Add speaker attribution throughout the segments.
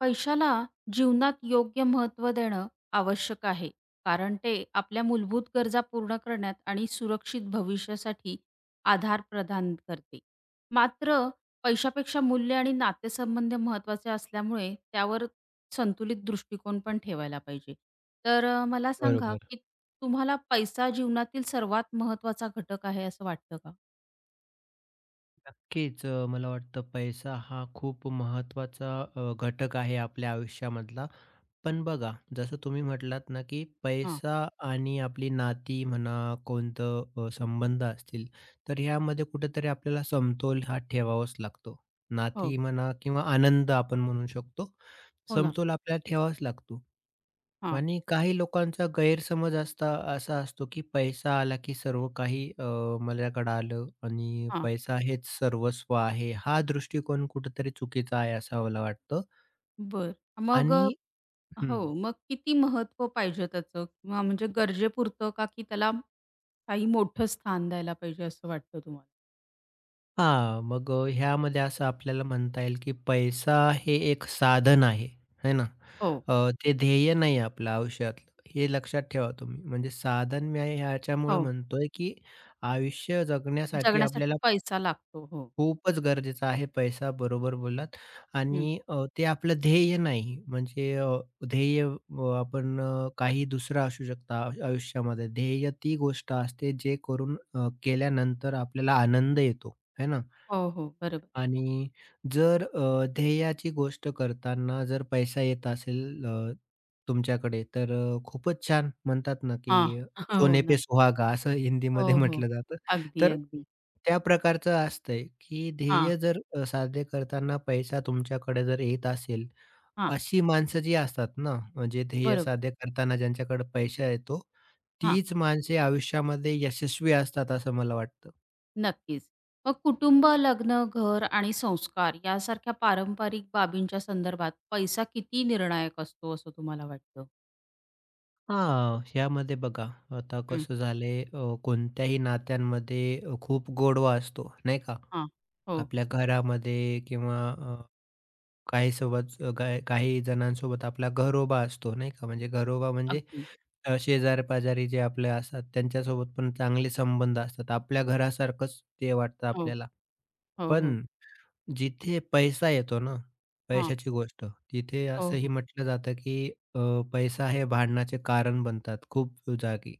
Speaker 1: पैशाला जीवनात योग्य महत्त्व देणं आवश्यक आहे, कारण ते आपल्या मूलभूत गरजा पूर्ण करण्यात आणि सुरक्षित भविष्यासाठी आधार प्रदान करते. मात्र पैशापेक्षा मूल्य आणि नातेसंबंध महत्त्वाचे असल्यामुळे त्यावर संतुलित दृष्टिकोन पण ठेवायला पाहिजे. तर मला सांगा,
Speaker 2: बरोबर.
Speaker 1: की तुम्हाला पैसा जीवनातील सर्वात महत्त्वाचा घटक आहे असं वाटतं का?
Speaker 2: नक्कीच मला वाटतं पैसा हा खूप महत्वाचा घटक आहे आपल्या आयुष्यामधला. पण बघा, जसं तुम्ही म्हटलात ना, की
Speaker 1: हां.
Speaker 2: पैसा आणि आपली नाती म्हणा, कोणतं संबंध असतील, तर ह्यामध्ये कुठेतरी आपल्याला समतोल हा ठेवावाच लागतो.
Speaker 1: हो.
Speaker 2: नाती म्हणा किंवा आनंद आपण म्हणू शकतो,
Speaker 1: हो ना.
Speaker 2: समतोल आपल्याला ठेवावाच लागतो.
Speaker 1: हां,
Speaker 2: आणि काही लोकांचा गैरसमज असा असतो, की पैसा आला की सर्व काही माझ्याकडे आलं आणि
Speaker 1: हां.
Speaker 2: पैसा हेच सर्वस्व आहे. हा दृष्टिकोन कुठेतरी चुकीचा आहे असं मला वाटतं
Speaker 1: बरं. मग
Speaker 2: आणि हं.
Speaker 1: हो, मग किती महत्त्व पाहिजे त्याचं किंवा म्हणजे गरजेपुरतं का की त्याला काही मोठं स्थान द्यायला पाहिजे असं वाटतं तुम्हाला?
Speaker 2: हां, मग ह्यामध्ये असं आपल्याला म्हणता येईल, की पैसा हे एक साधन आहे, है ना?
Speaker 1: हो,
Speaker 2: ते ध्येय नाही आपलं आयुष्यातलं. हे लक्षात ठेवा तुम्ही. म्हणजे साधन मी आहे ह्याच्यामुळे
Speaker 1: हो.
Speaker 2: म्हणतोय, की आयुष्य जगण्यासाठी
Speaker 1: जगण्यासाठी
Speaker 2: आपल्याला
Speaker 1: पैसा लागतो. हो.
Speaker 2: खूपच गरजेचं आहे पैसा, बरोबर बोललात
Speaker 1: हं.
Speaker 2: आणि ते आपलं ध्येय नाही. म्हणजे ध्येय आपण काही दुसरं असू शकता आयुष्यामध्ये. ध्येय ती गोष्ट असते जे करून केल्यानंतर आपल्याला आनंद येतो, है ना?
Speaker 1: हो, हो. बरोबर.
Speaker 2: आणि जर ध्येयाची गोष्ट करताना जर पैसा येत असेल तुमच्याकडे तर खूपच छान म्हणतात ना,
Speaker 1: हां.
Speaker 2: की
Speaker 1: हो
Speaker 2: "सोने
Speaker 1: ना.
Speaker 2: पे सुहागा" असं हिंदीमध्ये
Speaker 1: हो, हो.
Speaker 2: म्हटलं जातं.
Speaker 1: अगदी,
Speaker 2: तर
Speaker 1: अगदी.
Speaker 2: त्या प्रकारचं असतंय, की
Speaker 1: हा,
Speaker 2: ध्येय जर साध्य करताना पैसा तुमच्याकडे जर येत असेल,
Speaker 1: हा,
Speaker 2: अशी माणसं जी असतात ना, म्हणजे ध्येय
Speaker 1: बरोबर.
Speaker 2: साध्य करताना ज्यांच्याकडे पैसा येतो,
Speaker 1: हा,
Speaker 2: तीच माणसे आयुष्यामध्ये यशस्वी असतात असं मला वाटतं.
Speaker 1: नक्कीच. मग कुटुंब, लग्न, घर आणि संस्कार यासारख्या पारंपरिक बाबींच्या संदर्भात पैसा किती निर्णायक असतो असं तुम्हाला वाटतं?
Speaker 2: हां, ह्यामध्ये बघा आता
Speaker 1: हं.
Speaker 2: कसं झालंय कोणत्याही नात्यांमध्ये खूप गोडवा असतो, नाही का?
Speaker 1: हां. हो,
Speaker 2: आपल्या घरामध्ये किंवा काही सोबत काही काही जणांसोबत आपला घरोबा असतो, नाही का? म्हणजे घरोबा म्हणजे
Speaker 1: अगदी.
Speaker 2: शेजारी-पाजारी जे आपले असतात त्यांच्यासोबत पण चांगले संबंध असतात. आपल्या घरासारखंच ते वाटतं
Speaker 1: हो,
Speaker 2: आपल्याला.
Speaker 1: हो,
Speaker 2: पण
Speaker 1: हो.
Speaker 2: जिथे पैसा येतो ना,
Speaker 1: हां.
Speaker 2: पैशाची गोष्ट, तिथे
Speaker 1: हो,
Speaker 2: असंही
Speaker 1: हो.
Speaker 2: म्हटलं जातं, की अ, पैसा हे भांडणाचे कारण बनतात खूप जागी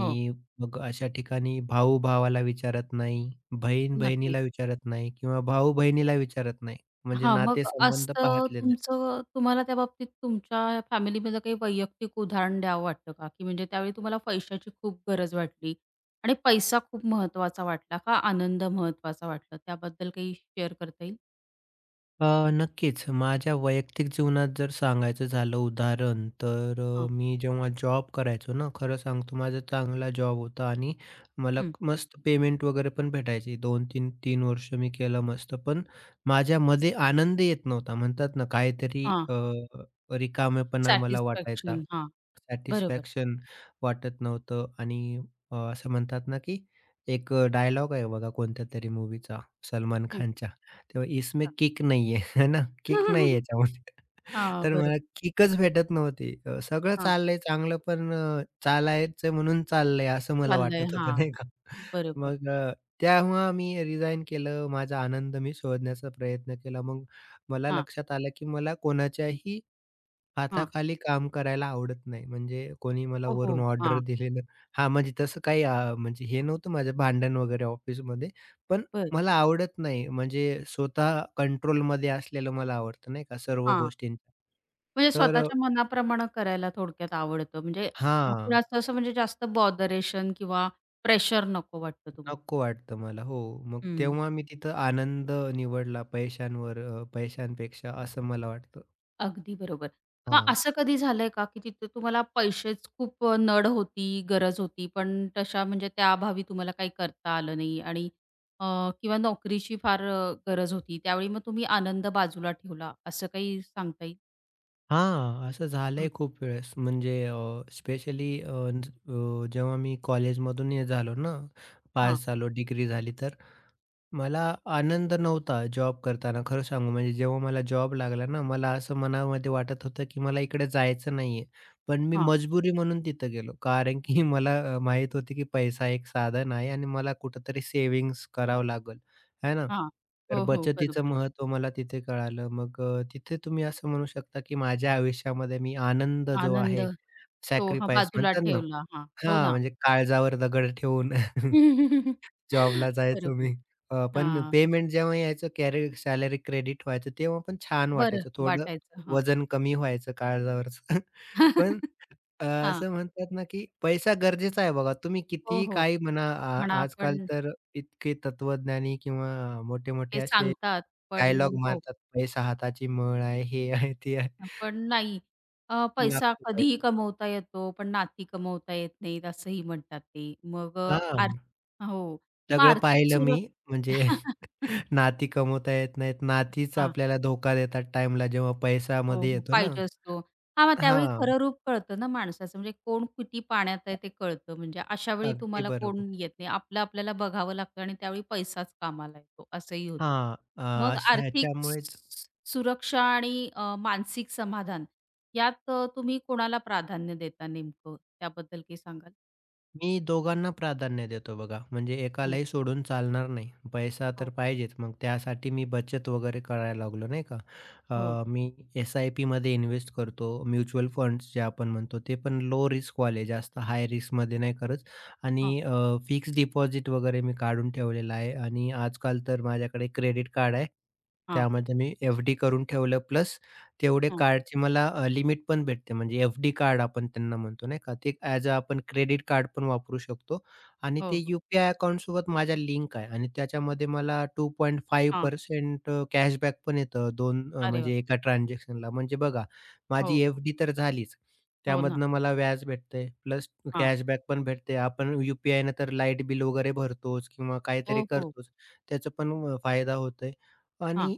Speaker 1: हो.
Speaker 2: मग अशा ठिकाणी भाऊ भावाला विचारत नाही, बहीण
Speaker 1: नक्कीच.
Speaker 2: बहिणीला विचारत नाही किंवा भाऊ बहिणीला विचारत नाही. म्हणजे
Speaker 1: हां, मग
Speaker 2: नातेसंबंध
Speaker 1: असं
Speaker 2: पाहतले
Speaker 1: तुमचं तुम्हाला त्या बाबतीत तुमच्या फॅमिलीमध्ये काही वैयक्तिक उदाहरण द्यावं वाटतं का? की म्हणजे त्यावेळी तुम्हाला पैशाची खूप गरज वाटली आणि पैसा खूप महत्वाचा वाटला का आनंद महत्वाचा वाटला? त्याबद्दल काही शेअर करता येईल?
Speaker 2: अ, नक्कीच. माझ्या वैयक्तिक जीवनात जर सांगायचं झालं उदाहरण, तर
Speaker 1: हां.
Speaker 2: मी जेव्हा जॉब करायचो ना, खरं सांगतो माझा चांगला जॉब होता आणि मला
Speaker 1: हं.
Speaker 2: मस्त पेमेंट वगैरे पण भेटायची. 2-3 3 वर्ष मी केलं मस्त. पण माझ्यामध्ये आनंद येत नव्हता. म्हणतात ना काहीतरी
Speaker 1: हां.
Speaker 2: रिकामेपणा मला वाटायचा.
Speaker 1: सॅटिस्फॅक्शन. हां. बरोबर.
Speaker 2: सॅटिस्फॅक्शन वाटत नव्हतं आणि असं म्हणतात ना, की एक डायलॉग आहे बघा कोणत्यातरी मूव्हीचा सलमान
Speaker 1: हं.
Speaker 2: खानच्या. तेव्हा इसमें किक नहीं है, है ना? किक नाही आहे याच्यामध्ये.
Speaker 1: हां,
Speaker 2: तर मला
Speaker 1: बरोबर.
Speaker 2: किकच भेटत नव्हती. सगळं
Speaker 1: हां.
Speaker 2: चाललंय चांगलं पण चालायचं म्हणून चाललंय असं मला
Speaker 1: चाललंय.
Speaker 2: वाटत होतं
Speaker 1: हां.
Speaker 2: नाही का?
Speaker 1: बरोबर.
Speaker 2: मग तेव्हा मी रिझाइन केलं. माझा आनंद मी शोधण्याचा प्रयत्न केला. मग मला
Speaker 1: हां,
Speaker 2: लक्षात आलं, की मला कोणाच्याही
Speaker 1: हां.
Speaker 2: हाताखाली काम करायला आवडत नाही. म्हणजे कोणी मला
Speaker 1: हो, हो.
Speaker 2: वरून ऑर्डर
Speaker 1: हां.
Speaker 2: दिलेलं हां, म्हणजे तसं काही म्हणजे हे नव्हतं माझं भांडण वगैरे ऑफिसमध्ये. पण मला आवडत नाही. म्हणजे स्वतः कंट्रोलमध्ये असलेलं मला आवडतं नाही का सर्व गोष्टींच्या.
Speaker 1: म्हणजे
Speaker 2: तर
Speaker 1: स्वतःच्या मनाप्रमाणे करायला थोडक्यात आवडतं. म्हणजे
Speaker 2: हां,
Speaker 1: कुणाचं असं म्हणजे जास्त बॉदरेशन किंवा प्रेशर नको वाटतं तुम्हाला.
Speaker 2: नको वाटतं मला. हो, मग
Speaker 1: हं.
Speaker 2: तेव्हा मी तिथं आनंद निवडला पैशांवर पैशांपेक्षा असं मला वाटतं.
Speaker 1: अगदी बरोबर. मग
Speaker 2: हां.
Speaker 1: असं कधी झालंय का, की तिथे तुम्हाला पैशाची खूप नड होती, गरज होती, पण तशा म्हणजे त्या अभावी तुम्हाला काही करता आलं नाही आणि अ, किंवा नोकरीची फार गरज होती. त्यावेळी मग तुम्ही आनंद बाजूला ठेवला, असं काही सांगता येईल?
Speaker 2: हां, असं
Speaker 1: हां,
Speaker 2: झालंय खूप वेळेस. म्हणजे स्पेशली जेव्हा मी कॉलेजमधून हे झालो ना,
Speaker 1: हां,
Speaker 2: पास झालो, डिग्री झाली तर मला आनंद नव्हता जॉब करताना खरं सांगू म्हणजे जेव्हा मला जॉब लागला ना, मला असं मनामध्ये वाटत होतं, की मला इकडे जायचं नाहीये. पण मी
Speaker 1: हां,
Speaker 2: मजबुरी म्हणून तिथं गेलो. कारण की मला माहीत होतं, की पैसा एक साधन आहे आणि मला कुठेतरी सेव्हिंग्ज करावं लागल आहे ना?
Speaker 1: हां.
Speaker 2: तर
Speaker 1: हो, हो,
Speaker 2: बचतीचं
Speaker 1: बरोबर.
Speaker 2: महत्त्व मला तिथे कळालं. मग तिथे तुम्ही असं म्हणू शकता, की माझ्या आयुष्यामध्ये मी आनंद जो
Speaker 1: आनंद
Speaker 2: आहे
Speaker 1: तो हां,
Speaker 2: सॅक्रिफाईस
Speaker 1: बाजूला
Speaker 2: म्हणतात ना
Speaker 1: ठेवला. हां, हो
Speaker 2: हां,
Speaker 1: ना.
Speaker 2: म्हणजे काळजावर दगड ठेवून जॉबला जायचो
Speaker 1: बरोबर.
Speaker 2: मी. पण
Speaker 1: हां,
Speaker 2: पेमेंट जेव्हा यायचं कॅरी सॅलरी क्रेडिट व्हायचं, तेव्हा पण छान
Speaker 1: बरं
Speaker 2: वाटायचं. थोडं
Speaker 1: वाटायचं. हां.
Speaker 2: वजन कमी व्हायचं काळजावरचं.
Speaker 1: हां.
Speaker 2: पण अ, असं म्हणतात ना, की पैसा गरजेचा आहे बघा. तुम्ही
Speaker 1: हो,
Speaker 2: कितीही
Speaker 1: हो.
Speaker 2: काही म्हणा,
Speaker 1: म्हणा
Speaker 2: आजकाल
Speaker 1: पण
Speaker 2: तर इतके तत्वज्ञानी किंवा मोठे-मोठे
Speaker 1: ते
Speaker 2: असे
Speaker 1: सांगतात,
Speaker 2: डायलॉग
Speaker 1: पण हो,
Speaker 2: मारतात, "पैसा हाताची मळ आहे." हे आहे, ते आहे.
Speaker 1: पण नाही. पैसा
Speaker 2: लागतो
Speaker 1: कधीही
Speaker 2: पैसा.
Speaker 1: कमवता येतो, पण नाती कमवता येत नाहीत असंही म्हणतात ते. मग
Speaker 2: हां.
Speaker 1: आर्थ हो, मग
Speaker 2: सगळं
Speaker 1: आर्थिक
Speaker 2: पाहिलं मी
Speaker 1: सुरक्षा
Speaker 2: म्हणजे नाती कमवता येत नाहीत. नातीच
Speaker 1: हा
Speaker 2: आपल्याला धोका देतात टाईमला जेव्हा
Speaker 1: हो,
Speaker 2: पैशामध्ये
Speaker 1: हो.
Speaker 2: येतो ना.
Speaker 1: पाहिजे असतो. हां, मग त्यावेळी
Speaker 2: हां,
Speaker 1: खरं रूप कळतं ना माणसाचं, म्हणजे कोण किती पाण्यात आहे ते कळतं. म्हणजे अशावेळी
Speaker 2: अगदी
Speaker 1: तुम्हाला कोण
Speaker 2: बरोबर.
Speaker 1: येत नाही. आपलं आपल्याला बघावं लागतं आणि त्यावेळी पैसाच कामाला येतो, असंही होतं.
Speaker 2: हां,
Speaker 1: मग आर्थिक स
Speaker 2: ह्याच्यामुळेच
Speaker 1: सुरक्षा आणि मानसिक समाधान यात तुम्ही कोणाला प्राधान्य देता नेमकं? त्याबद्दल काही सांगाल?
Speaker 2: मी दोघांना प्राधान्य देतो बघा. म्हणजे
Speaker 1: हं.
Speaker 2: एकालाही सोडून चालणार नाही. पैसा तर
Speaker 1: हो,
Speaker 2: पाहिजेच. मग त्यासाठी मी बचत वगैरे करायला लागलो नाही का.
Speaker 1: हो,
Speaker 2: मी एस-आय-पीमध्ये इन्व्हेस्ट करतो. म्युच्युअल फंड्स जे आपण म्हणतो ते पण लो रिस्कवाले जास्त हाय रिस्कमध्ये नाही करत
Speaker 1: हां,
Speaker 2: आणि डिपॉझिट वगैरे मी काढून ठेवलेलं आहे आणि आजकाल तर माझ्याकडे क्रेडिट कार्ड आहे.
Speaker 1: हां,
Speaker 2: त्यामध्ये मी एफ-डी करून ठेवलं प्लस तेवढे
Speaker 1: हां,
Speaker 2: कार्डची मला लिमिट पण भेटते म्हणजे एफ-डी कार्ड आपण त्यांना म्हणतो नाही का, ते ॲज अ आपण क्रेडिट कार्ड पण वापरू शकतो आणि
Speaker 1: हो,
Speaker 2: ते
Speaker 1: हो.
Speaker 2: यू-पी-आय अकाउंटसोबत माझा लिंक आहे आणि त्याच्यामध्ये मला
Speaker 1: हां.
Speaker 2: 2.5% कॅशबॅक पण येतं 2
Speaker 1: अरे वाह!
Speaker 2: म्हणजे एका ट्रान्झॅक्शनला. म्हणजे बघा, माझी
Speaker 1: हो,
Speaker 2: एफ-डी तर झालीच.
Speaker 1: हो ना.
Speaker 2: त्यामधनं मला व्याज भेटतंय प्लस
Speaker 1: हां.
Speaker 2: कॅशबॅक पण भेटते. आपण यू पी तर लाईट बिल वगैरे भरतोच किंवा
Speaker 1: हो,
Speaker 2: काहीतरी
Speaker 1: हो.
Speaker 2: करतोच. त्याचा पण फायदा होतोय
Speaker 1: हां,
Speaker 2: आणि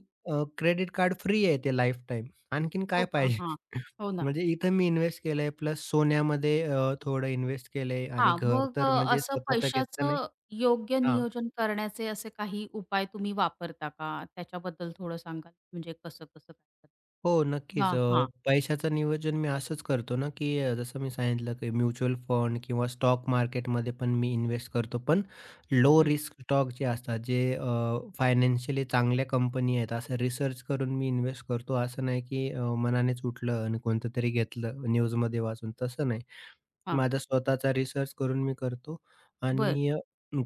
Speaker 2: क्रेडिट कार्ड फ्री आहे ते लाईफटाईम. आणखीन
Speaker 1: हो
Speaker 2: काय
Speaker 1: का?
Speaker 2: पाहिजे?
Speaker 1: हां. हो ना.
Speaker 2: म्हणजे इथं मी इन्व्हेस्ट केलंय प्लस सोन्यामध्ये थोडं इन्व्हेस्ट केलंय आणि
Speaker 1: हां,
Speaker 2: घर
Speaker 1: मग
Speaker 2: तर म्हणजे
Speaker 1: असं
Speaker 2: स्वतःचं घेतलं नाही.
Speaker 1: पैशाचं योग्य
Speaker 2: हां.
Speaker 1: नियोजन करण्याचे असे काही उपाय तुम्ही वापरता का? त्याच्याबद्दल थोडं सांगाल? म्हणजे कसं-कसं काय करता?
Speaker 2: हो,
Speaker 1: किंवा
Speaker 2: नक्कीच.
Speaker 1: हां,
Speaker 2: पैशाचं नियोजन मी असंच करतो ना, की जसं मी सांगितलं, की म्युच्युअल फंड किंवा स्टॉक मार्केटमध्ये पण मी इन्व्हेस्ट करतो. पण लो
Speaker 1: हं,
Speaker 2: रिस्क स्टॉक जे असतात, जे फायनान्शियली चांगल्या कंपनी आहेत, असं रिसर्च करून मी इन्व्हेस्ट करतो. असं नाही, की मनानेच उठलं आणि कोणतं तरी घेतलं न्यूजमध्ये वाचून, तसं नाही.
Speaker 1: हां,
Speaker 2: माझा स्वतःचा रिसर्च करून मी करतो
Speaker 1: बरं.
Speaker 2: आणि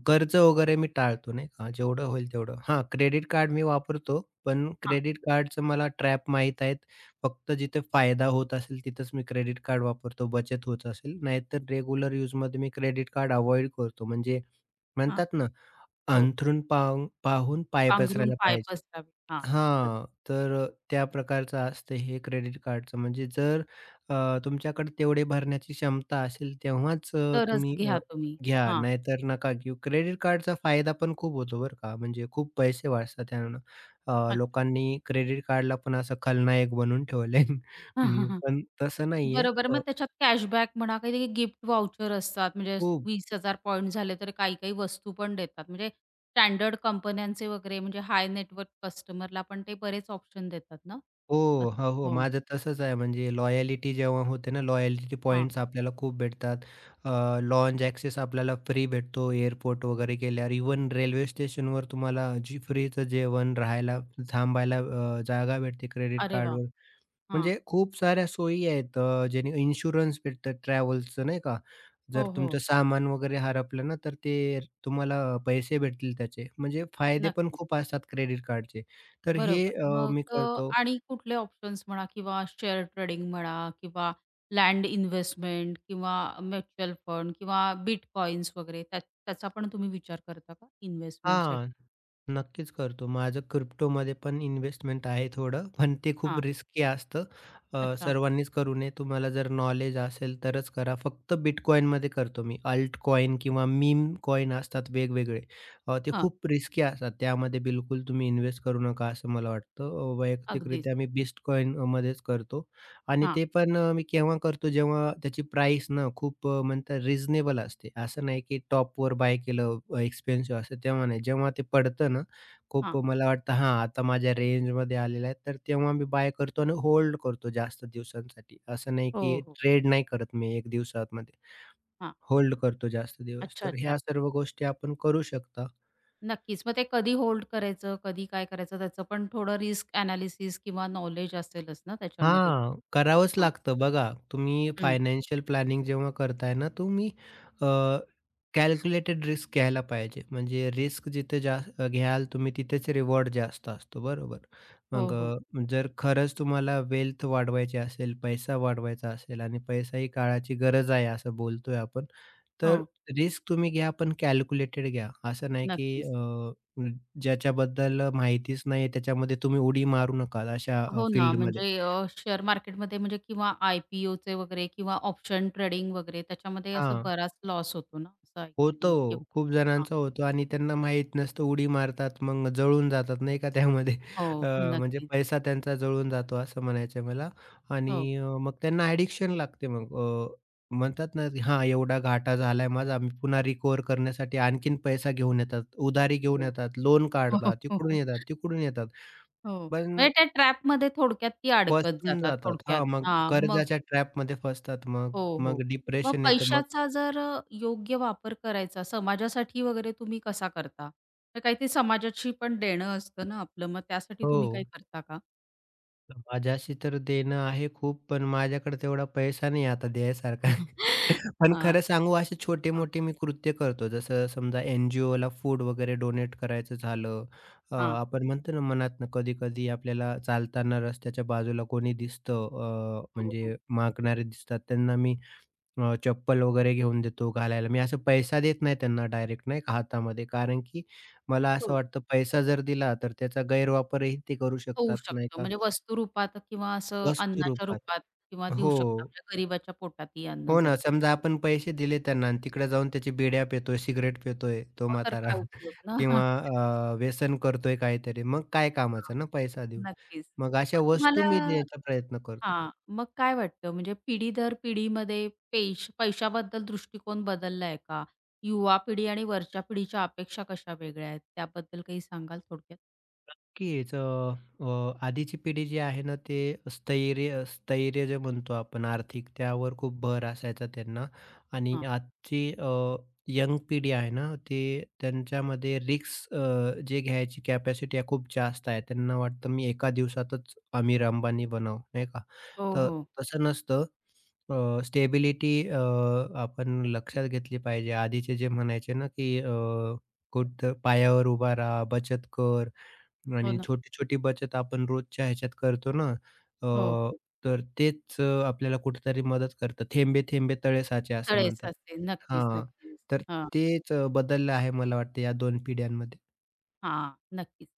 Speaker 2: कर्ज वगैरे मी टाळतो नाही का, जेवढं होईल तेवढं. हां, क्रेडिट कार्ड मी वापरतो, पण
Speaker 1: हां,
Speaker 2: क्रेडिट कार्डचं मला ट्रॅप माहीत आहेत. फक्त जिथे फायदा होत असेल तिथेच मी क्रेडिट कार्ड वापरतो, बचत होत असेल. नाहीतर रेग्युलर यूजमध्ये मी क्रेडिट कार्ड अव्हॉइड करतो. म्हणजे
Speaker 1: हां,
Speaker 2: म्हणतात ना,
Speaker 1: हो.
Speaker 2: अंथरूण पाहून पाहून पाय
Speaker 1: पांघरून
Speaker 2: पसरायला
Speaker 1: पाय
Speaker 2: पाहिजे.
Speaker 1: पसरावे. हां, बरं.
Speaker 2: हां, तर त्या प्रकारचं असतं हे क्रेडिट कार्डचं. म्हणजे जर तुमच्याकडे तेवढे भरण्याची क्षमता असेल तेव्हाच
Speaker 1: तरच
Speaker 2: तुम्ही
Speaker 1: घ्या तुम्ही.
Speaker 2: घ्या,
Speaker 1: हां,
Speaker 2: नाहीतर नका घेऊ. क्रेडिट कार्डचा फायदा पण खूप होतो बरं का, म्हणजे खूप पैसे वाचतात त्यानं.
Speaker 1: अच्छा.
Speaker 2: लोकांनी क्रेडिट कार्डला पण असं खलनायक बनवून ठेवलंय. अं, पण तसं नाहीये.
Speaker 1: बरोबर. मग त्याच्यात कॅशबॅक म्हणा, काही गिफ्ट व्हाउचर असतात. म्हणजे
Speaker 2: खूप
Speaker 1: 20,000 पॉइंट झाले तर काही-काही वस्तू पण देतात. म्हणजे स्टँडर्ड कंपन्यांचे वगैरे म्हणजे हाय नेटवर्क कस्टमरला पण ते बरेच ऑप्शन देतात ना?
Speaker 2: हो,
Speaker 1: असं.
Speaker 2: हो, हो.
Speaker 1: हो.
Speaker 2: माझं तसंच आहे म्हणजे लॉयॅलिटी जेव्हा होते ना, लॉयॅलिटी
Speaker 1: हां.
Speaker 2: पॉइंट्स आपल्याला खूप भेटतात. अ, लाँज ॲक्सेस आपल्याला फ्री भेटतो एअरपोर्ट वगैरे गेल्यावर. इवन रेल्वे स्टेशनवर तुम्हाला जी फ्रीचं जेवण, राहायला, थांबायला जागा भेटते क्रेडिट
Speaker 1: अरे वाह!
Speaker 2: कार्डवर.
Speaker 1: हां.
Speaker 2: म्हणजे खूप साऱ्या सोयी आहेत ज्याने इन्शुरन्स भेटतं ट्रॅव्हल्सचं नाही का. जर
Speaker 1: हो, हो.
Speaker 2: तुमचं सामान वगैरे हरपलं ना, तर ते तुम्हाला पैसे भेटतील त्याचे. म्हणजे फायदे पण
Speaker 1: नक्कीच.
Speaker 2: खूप असतात क्रेडिट कार्डचे. तर हे
Speaker 1: बरोबर. मग
Speaker 2: मी करतो
Speaker 1: आणि कुठले ऑप्शन्स म्हणा किंवा शेअर ट्रेडिंग म्हणा किंवा लँड इन्व्हेस्टमेंट किंवा म्युच्युअल फंड किंवा बिटकॉइन्स वगैरे त्या त्याचा पण तुम्ही विचार करता का इन्व्हेस्टमेंटसाठी?
Speaker 2: हां. नक्कीच करतो. माझं क्रिप्टोमध्ये पण इन्व्हेस्टमेंट आहे थोडं, पण ते खूप
Speaker 1: हां.
Speaker 2: रिस्की असतं.
Speaker 1: अच्छा.
Speaker 2: सर्वांनीच करू नये. तुम्हाला जर नॉलेज असेल तरच करा. फक्त बिटकॉईनमध्ये करतो मी. अल्टकॉईन किंवा मीम कॉईन असतात वेगवेगळे. ते
Speaker 1: हां,
Speaker 2: खूप रिस्की असतात. त्यामध्ये बिलकुल तुम्ही इन्व्हेस्ट करू नका असं मला वाटतं.
Speaker 1: अगदीच.
Speaker 2: वैयक्तिकरित्या मी बिटकॉईनमध्येच करतो. आणि
Speaker 1: हां,
Speaker 2: ते पण मी केव्हा करतो जेव्हा त्याची प्राइस ना खूप म्हणतात रिझनेबल असते. असं नाही की टॉपवर बाय केलं एक्सपेन्सिव्ह असतं तेव्हा नाही. जेव्हा ते पडतं ना खूप
Speaker 1: हां.
Speaker 2: मला वाटतं हां, आता माझ्या रेंजमध्ये आलेलं आहे तर तेव्हा मी बाय करतो आणि होल्ड करतो जास्त दिवसांसाठी. असं नाही
Speaker 1: हो,
Speaker 2: की
Speaker 1: हो.
Speaker 2: ट्रेड नाही करत मी 1 दिवसामध्ये.
Speaker 1: हां.
Speaker 2: होल्ड करतो जास्त दिवस.
Speaker 1: अच्छा,
Speaker 2: तर ह्या
Speaker 1: अच्छा.
Speaker 2: सर्व गोष्टी आपण करू शकता.
Speaker 1: नक्कीच. मग ते कधी होल्ड करायचं, कधी काय करायचं त्याचं पण थोडं रिस्क एनालिसिस किंवा नॉलेज असेलच ना त्याच्यामध्ये?
Speaker 2: हां, करावंच
Speaker 1: हां.
Speaker 2: लागतं बघा. तुम्ही
Speaker 1: हं.
Speaker 2: फायनान्शियल प्लॅनिंग जेव्हा करताय ना, तुम्ही अ, कॅल्क्युलेटेड रिस्क घ्यायला पाहिजे. म्हणजे रिस्क जिथे जास्त घ्याल तुम्ही तिथेच रिवॉर्ड जास्त असतो, बरोबर.
Speaker 1: हो,
Speaker 2: मग
Speaker 1: हो.
Speaker 2: जर खरंच तुम्हाला वेल्थ वाढवायची असेल, पैसा वाढवायचा असेल आणि पैसा ही काळाची गरज आहे असं बोलतोय आपण, तर
Speaker 1: हो.
Speaker 2: रिस्क तुम्ही घ्या पण कॅल्क्युलेटेड घ्या. असं नाही की
Speaker 1: नक्कीच.
Speaker 2: ज्याच्याबद्दल माहितीच नाही त्याच्यामध्ये तुम्ही उडी मारू नका अशा
Speaker 1: हो ना,
Speaker 2: फील्डमध्ये.
Speaker 1: म्हणजे शेअर मार्केटमध्ये म्हणजे किंवा IPOचे वगैरे किंवा ऑप्शन ट्रेडिंग वगैरे त्याच्यामध्ये असा
Speaker 2: हां.
Speaker 1: बराच लॉस होतो ना, असं
Speaker 2: होतो.
Speaker 1: ऐकलंय मी.
Speaker 2: खूप
Speaker 1: हां.
Speaker 2: जणांचा होतो आणि त्यांना माहीत नसतं उडी मारतात, मग जळून जातात नाही का त्यामध्ये.
Speaker 1: हो, हो.
Speaker 2: म्हणजे
Speaker 1: नक्कीच.
Speaker 2: पैसा त्यांचा जळून जातो असं म्हणायचं आहे मला
Speaker 1: हो,
Speaker 2: आणि मग त्यांना ॲडिक्शन लागते मग. म्हणतात ना, की हां, एवढा घाटा झालाय माझा, मी पुन्हा रिकव्हर करण्यासाठी आणखीन पैसा घेऊन येतात, उधारी घेऊन
Speaker 1: हो.
Speaker 2: येतात, लोन
Speaker 1: हो,
Speaker 2: काढतात,
Speaker 1: हो,
Speaker 2: तिकडून
Speaker 1: हो.
Speaker 2: येतात, तिकडून येतात.
Speaker 1: हो.
Speaker 2: पण
Speaker 1: म्हणजे त्या ट्रॅपमध्ये थोडक्यात ती अडकत
Speaker 2: फसून
Speaker 1: जातात
Speaker 2: जातात.
Speaker 1: थोडक्यात.
Speaker 2: हां, मग
Speaker 1: हां, मग
Speaker 2: कर्जाच्या ट्रॅपमध्ये फसतात मग.
Speaker 1: हो,
Speaker 2: मग
Speaker 1: हो. मग
Speaker 2: डिप्रेशन येतं मग.
Speaker 1: पैशाचा जर योग्य वापर करायचा समाजासाठी वगैरे तुम्ही कसा करता? तर काही ते समाजाशी पण देणं असतं ना आपलं, मग त्यासाठी
Speaker 2: हो.
Speaker 1: तुम्ही काही करता का?
Speaker 2: माझ्याशी तर देणं आहे खूप, पण माझ्याकडे तेवढा पैसा नाही आता द्यायसारखा. पण
Speaker 1: हां.
Speaker 2: खरं सांगू असे
Speaker 1: हां,
Speaker 2: छोटे-मोठे मी कृत्य करतो. जसं समजा एन-जी-ओला फूड वगैरे डोनेट करायचं झालं.
Speaker 1: हां.
Speaker 2: आपण म्हणतो ना मनातनं कधी-कधी आपल्याला चालताना रस्त्याच्या बाजूला कोणी दिसतं,
Speaker 1: हो, हो.
Speaker 2: म्हणजे मागणारे दिसतात त्यांना मी चप्पल वगैरे घेऊन देतो घालायला. मी असं पैसा देत नाही त्यांना डायरेक्ट नाही का हातामध्ये. कारण की मला असं
Speaker 1: हो,
Speaker 2: वाटतं पैसा जर दिला तर त्याचा गैरवापरही ते करू
Speaker 1: होऊ
Speaker 2: शकतात नाही
Speaker 1: शकतं.
Speaker 2: का.
Speaker 1: म्हणजे वस्तू रूपात किंवा असं
Speaker 2: वस्तू
Speaker 1: अन्नाच्या
Speaker 2: रूपात.
Speaker 1: रूपात किंवा देऊ
Speaker 2: हो.
Speaker 1: शकता. म्हणजे गरिबाच्या पोटातही अन्न
Speaker 2: हो ना.
Speaker 1: जातं.
Speaker 2: समजा आपण पैसे दिले त्यांना आणि तिकडे जाऊन त्याची बिड्या पितोय, सिगारेट पितोय तो
Speaker 1: हो, तर
Speaker 2: म्हातारा
Speaker 1: काय उपयोग ना?
Speaker 2: किंवा व्यसन करतोय काहीतरी. मग काय कामाचा ना पैसा देऊन.
Speaker 1: नक्कीच.
Speaker 2: मग अशा
Speaker 1: मग
Speaker 2: वस्तू
Speaker 1: तुम्हाला
Speaker 2: मी देण्याचा प्रयत्न करतो.
Speaker 1: हां, मग काय वाटतं म्हणजे पिढी दर पिढीमध्ये पेश पैशाबद्दल दृष्टिकोन बदललाय का? युवा पिढी आणि वरच्या पिढीच्या अपेक्षा कशा वेगळ्या आहेत? त्याबद्दल काही सांगाल थोडक्यात?
Speaker 2: नक्कीच. आधीची पिढी जी आहे ना, ते स्थैर्य स्थैर्य जे म्हणतो आपण आर्थिक, त्यावर खूप भर असायचा त्यांना आणि
Speaker 1: हां.
Speaker 2: आजची यंग पिढी आहे ना, ते त्यांच्यामध्ये रिस्क जे घ्यायची कॅपॅसिटी आहे खूप जास्त आहे. त्यांना वाटतं मी एका दिवसातच आमिर अंबानी बनावं, नाही का?
Speaker 1: हो,
Speaker 2: तर
Speaker 1: हो.
Speaker 2: तसं नसतं. स्टेबिलिटी आपण लक्षात घेतली पाहिजे. आधीचे जे म्हणायचे ना, की कुठं पायावर उभा राहा, बचत कर.
Speaker 1: हो
Speaker 2: आणि
Speaker 1: ना.
Speaker 2: छोटी-छोटी बचत आपण रोजच्या ह्याच्यात करतो ना, अ,
Speaker 1: हो, हो.
Speaker 2: तर तेच आपल्याला कुठेतरी मदत करतं. "थेंबे थेंबे तळे साचे" असं
Speaker 1: तळे
Speaker 2: म्हणतात.
Speaker 1: साचे. नक्कीच,
Speaker 2: हां,
Speaker 1: नक्कीच.
Speaker 2: तर
Speaker 1: हां.
Speaker 2: तेच बदललं आहे मला वाटतं या दोन पिढ्यांमध्ये.
Speaker 1: हां, नक्कीच.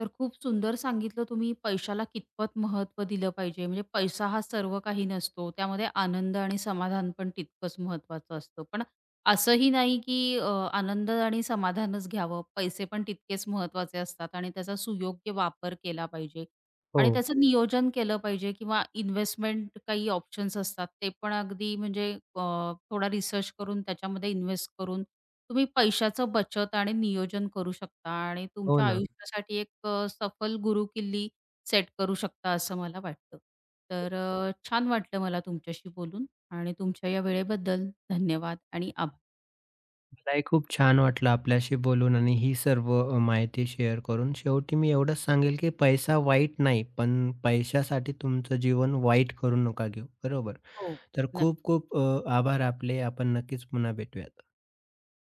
Speaker 1: तर खूप सुंदर सांगितलं तुम्ही पैशाला कितपत महत्त्व दिलं पाहिजे. म्हणजे पैसा हा सर्व काही नसतो. त्यामध्ये आनंद आणि समाधान पण तितकंच महत्त्वाचं असतं. पण असंही नाही, की आनंद आणि समाधानच घ्यावं. पैसे पण तितकेच महत्त्वाचे असतात आणि त्याचा सुयोग्य वापर केला पाहिजे.
Speaker 2: हो,
Speaker 1: आणि त्याचं नियोजन केलं पाहिजे किंवा इन्व्हेस्टमेंट काही ऑप्शन्स असतात ते पण अगदी म्हणजे थोडा रिसर्च करून त्याच्यामध्ये इन्व्हेस्ट करून तुम्ही पैशाचं बचत आणि नियोजन करू शकता आणि
Speaker 2: हो
Speaker 1: तुमच्या
Speaker 2: ना.
Speaker 1: आयुष्यासाठी एक सफल गुरुकिल्ली सेट करू शकता असं मला वाटतं. तर छान वाटलं मला तुमच्याशी बोलून आणि तुमच्या या वेळेबद्दल धन्यवाद आणि आभार.
Speaker 2: मलाही खूप छान वाटलं आपल्याशी बोलून आणि ही सर्व माहिती शेअर करून. शेवटी मी एवढंच सांगेल, की पैसा वाईट नाही, पण पैशासाठी तुमचं जीवन वाईट करू नका घेऊ. बरोबर?
Speaker 1: हो.
Speaker 2: तर खूप
Speaker 1: नक्की.
Speaker 2: खूप आभार आपले. आपण नक्कीच पुन्हा भेटूयात.